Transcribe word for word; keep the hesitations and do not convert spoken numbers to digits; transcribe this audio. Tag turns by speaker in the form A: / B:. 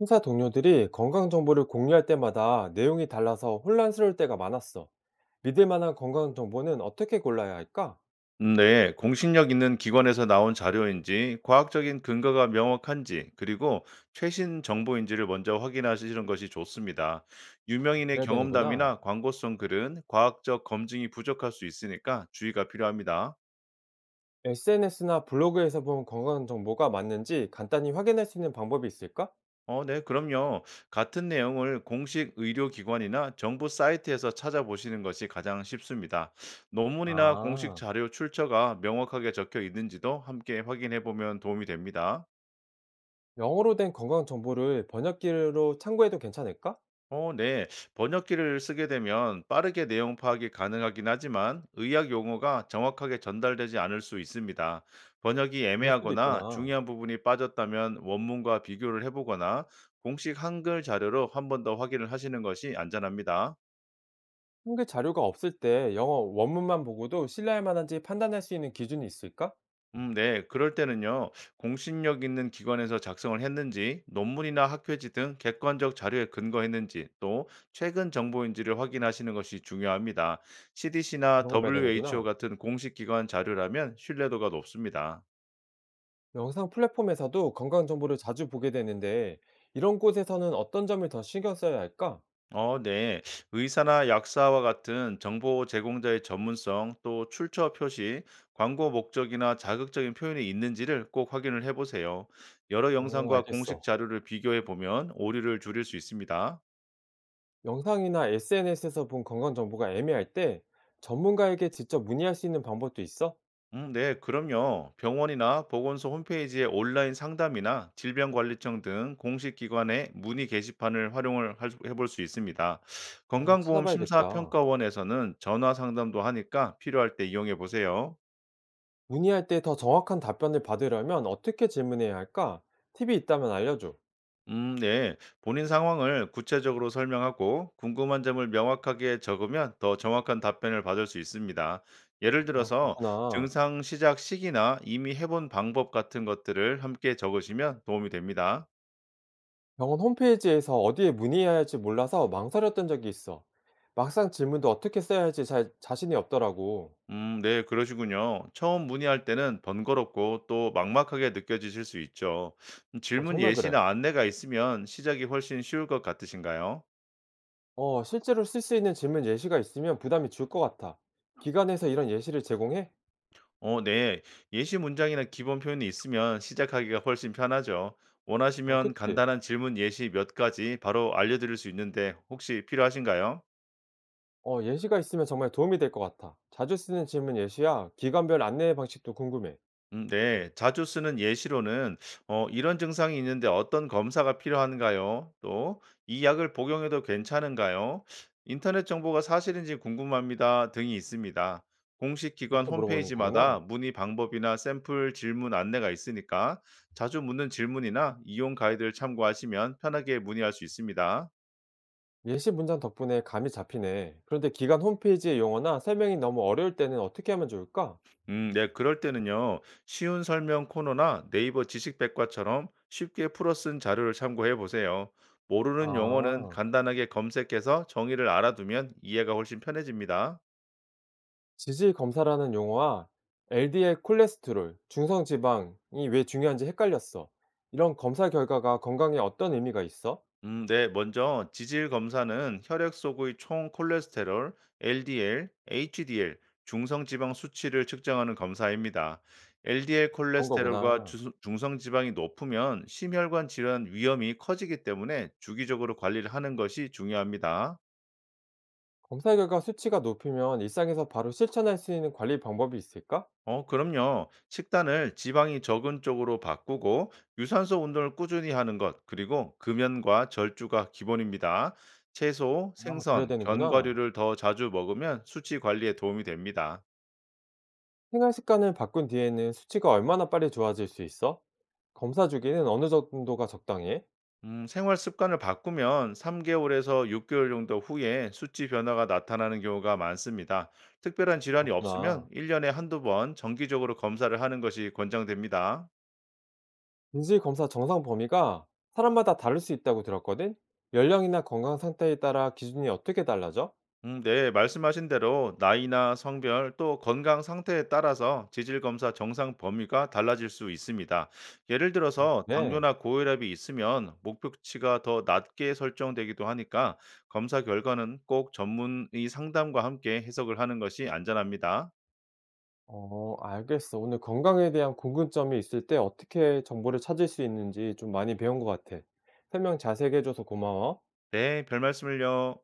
A: 회사 동료들이 건강 정보를 공유할 때마다 내용이 달라서 혼란스러울 때가 많았어. 믿을 만한 건강 정보는 어떻게 골라야 할까?
B: 음, 네, 공신력 있는 기관에서 나온 자료인지, 과학적인 근거가 명확한지, 그리고 최신 정보인지를 먼저 확인하시는 것이 좋습니다. 유명인의
A: 그래야 되는구나.
B: 경험담이나 광고성 글은 과학적 검증이 부족할 수 있으니까 주의가 필요합니다.
A: 에스엔에스나 블로그에서 본 건강 정보가 맞는지 간단히 확인할 수 있는 방법이 있을까?
B: 어, 네, 그럼요. 같은 내용을 공식 의료기관이나 정부 사이트에서 찾아보시는 것이 가장 쉽습니다. 논문이나 공식
A: 아,
B: 자료 출처가 명확하게 적혀 있는지도 함께 확인해 보면 도움이 됩니다.
A: 영어로 된 건강 정보를 번역기로 참고해도 괜찮을까?
B: 어, 네. 번역기를 쓰게 되면 빠르게 내용 파악이 가능하긴 하지만 의학 용어가 정확하게 전달되지 않을 수 있습니다. 번역이
A: 그럴 수도
B: 애매하거나
A: 있구나.
B: 중요한 부분이 빠졌다면 원문과 비교를 해보거나 공식 한글 자료로 한 번 더 확인을 하시는 것이 안전합니다.
A: 한글 자료가 없을 때 영어 원문만 보고도 신뢰할 만한지 판단할 수 있는 기준이 있을까?
B: 음 네. 그럴 때는요. 공신력 있는 기관에서 작성을 했는지, 논문이나 학회지 등 객관적 자료에 근거했는지, 또 최근 정보인지를 확인하시는 것이 중요합니다. 씨디씨나
A: 그런 거 봐야
B: 더블유에이치오
A: 되는구나.
B: 같은 공식 기관 자료라면 신뢰도가 높습니다.
A: 영상 플랫폼에서도 건강 정보를 자주 보게 되는데, 이런 곳에서는 어떤 점을 더 신경 써야 할까?
B: 어 네. 의사나 약사와 같은 정보 제공자의 전문성, 또 출처 표시, 광고 목적이나 자극적인 표현이 있는지를 꼭 확인을 해 보세요. 여러
A: 어,
B: 영상과 공식
A: 알겠어.
B: 자료를 비교해 보면 오류를 줄일 수 있습니다.
A: 영상이나 에스엔에스에서 본 건강 정보가 애매할 때, 전문가에게 직접 문의할 수 있는 방법도 있어?
B: 음, 네, 그럼요. 병원이나 보건소 홈페이지의 온라인 상담이나 질병관리청 등 공식 기관의 문의 게시판을 활용을 할 수- 해볼 수 있습니다.
A: 어,
B: 건강보험
A: 찾아봐야겠다.
B: 심사평가원에서는 전화 상담도 하니까 필요할 때 이용해 보세요.
A: 문의할 때 더 정확한 답변을 받으려면 어떻게 질문해야 할까? 팁이 있다면 알려줘.
B: 음, 네. 본인 상황을 구체적으로 설명하고 궁금한 점을 명확하게 적으면 더 정확한 답변을 받을 수 있습니다. 예를
A: 아,
B: 들어서
A: 그렇구나.
B: 증상 시작 시기나 이미 해본 방법 같은 것들을 함께 적으시면 도움이 됩니다.
A: 병원 홈페이지에서 어디에 문의해야 할지 몰라서 망설였던 적이 있어. 막상 질문도 어떻게 써야 할지 잘 자신이 없더라고.
B: 음, 네, 그러시군요. 처음 문의할 때는 번거롭고 또 막막하게 느껴지실 수 있죠. 음,
A: 어,
B: 질문
A: 정말 그래.
B: 예시나 안내가 있으면 시작이 훨씬 쉬울 것 같으신가요?
A: 어, 실제로 쓸 수 있는 질문 예시가 있으면 부담이 줄 것 같아. 기관에서 이런 예시를 제공해?
B: 어, 네. 예시 문장이나 기본 표현이 있으면 시작하기가 훨씬 편하죠.
A: 어,
B: 원하시면
A: 그치.
B: 간단한 질문 예시 몇 가지 바로 알려드릴 수 있는데 혹시 필요하신가요?
A: 어, 예시가 있으면 정말 도움이 될 것 같아. 자주 쓰는 질문 예시야, 기관별 안내 방식도 궁금해.
B: 음 네. 자주 쓰는 예시로는 어 "이런 증상이 있는데 어떤 검사가 필요한가요?" 또 "이 약을 복용해도 괜찮은가요?", "인터넷 정보가 사실인지 궁금합니다." 등이 있습니다. 공식 기관
A: 이렇게 물어보는
B: 홈페이지마다
A: 거구나.
B: 문의 방법이나 샘플 질문 안내가 있으니까 자주 묻는 질문이나 이용 가이드를 참고하시면 편하게 문의할 수 있습니다.
A: 예시 문장 덕분에 감이 잡히네. 그런데 기관 홈페이지의 용어나 설명이 너무 어려울 때는 어떻게 하면 좋을까?
B: 음, 네, 그럴 때는요, 쉬운 설명 코너나 네이버 지식백과처럼 쉽게 풀어 쓴 자료를 참고해 보세요. 모르는 용어는
A: 아,
B: 간단하게 검색해서 정의를 알아두면 이해가 훨씬 편해집니다.
A: 지질 검사라는 용어와 엘디엘 콜레스테롤, 중성 지방이 왜 중요한지 헷갈렸어. 이런 검사 결과가 건강에 어떤 의미가 있어?
B: 음, 네, 먼저 지질 검사는 혈액 속의 총 콜레스테롤, 엘디엘, 에이치디엘, 중성지방 수치를 측정하는 검사입니다. 엘디엘
A: 그런
B: 콜레스테롤과
A: 거구나.
B: 주- 중성지방이 높으면 심혈관 질환 위험이 커지기 때문에 주기적으로 관리를 하는 것이 중요합니다.
A: 검사 결과 수치가 높으면 일상에서 바로 실천할 수 있는 관리 방법이 있을까?
B: 어, 그럼요. 식단을 지방이 적은 쪽으로 바꾸고 유산소 운동을 꾸준히 하는 것, 그리고 금연과 절주가 기본입니다. 채소,
A: 아, 그래야
B: 생선,
A: 되는구나.
B: 견과류를 더 자주 먹으면 수치 관리에 도움이 됩니다.
A: 생활 습관을 바꾼 뒤에는 수치가 얼마나 빨리 좋아질 수 있어? 검사 주기는 어느 정도가 적당해?
B: 음, 생활 습관을 바꾸면 삼 개월에서 육 개월 정도 후에 수치 변화가 나타나는 경우가 많습니다. 특별한 질환이 없으면
A: 그렇구나.
B: 일 년에 한두 번 정기적으로 검사를 하는 것이 권장됩니다.
A: 인질 검사 정상 범위가 사람마다 다를 수 있다고 들었거든? 연령이나 건강 상태에 따라 기준이 어떻게 달라져?
B: 음, 네, 말씀하신 대로 나이나 성별 또 건강 상태에 따라서 지질 검사 정상 범위가 달라질 수 있습니다. 예를 들어서
A: 네.
B: 당뇨나 고혈압이 있으면 목표치가 더 낮게 설정되기도 하니까 검사 결과는 꼭 전문의 상담과 함께 해석을 하는 것이 안전합니다.
A: 어, 알겠어. 오늘 건강에 대한 궁금점이 있을 때 어떻게 정보를 찾을 수 있는지 좀 많이 배운 것 같아. 설명 자세히 해줘서 고마워.
B: 네, 별 말씀을요.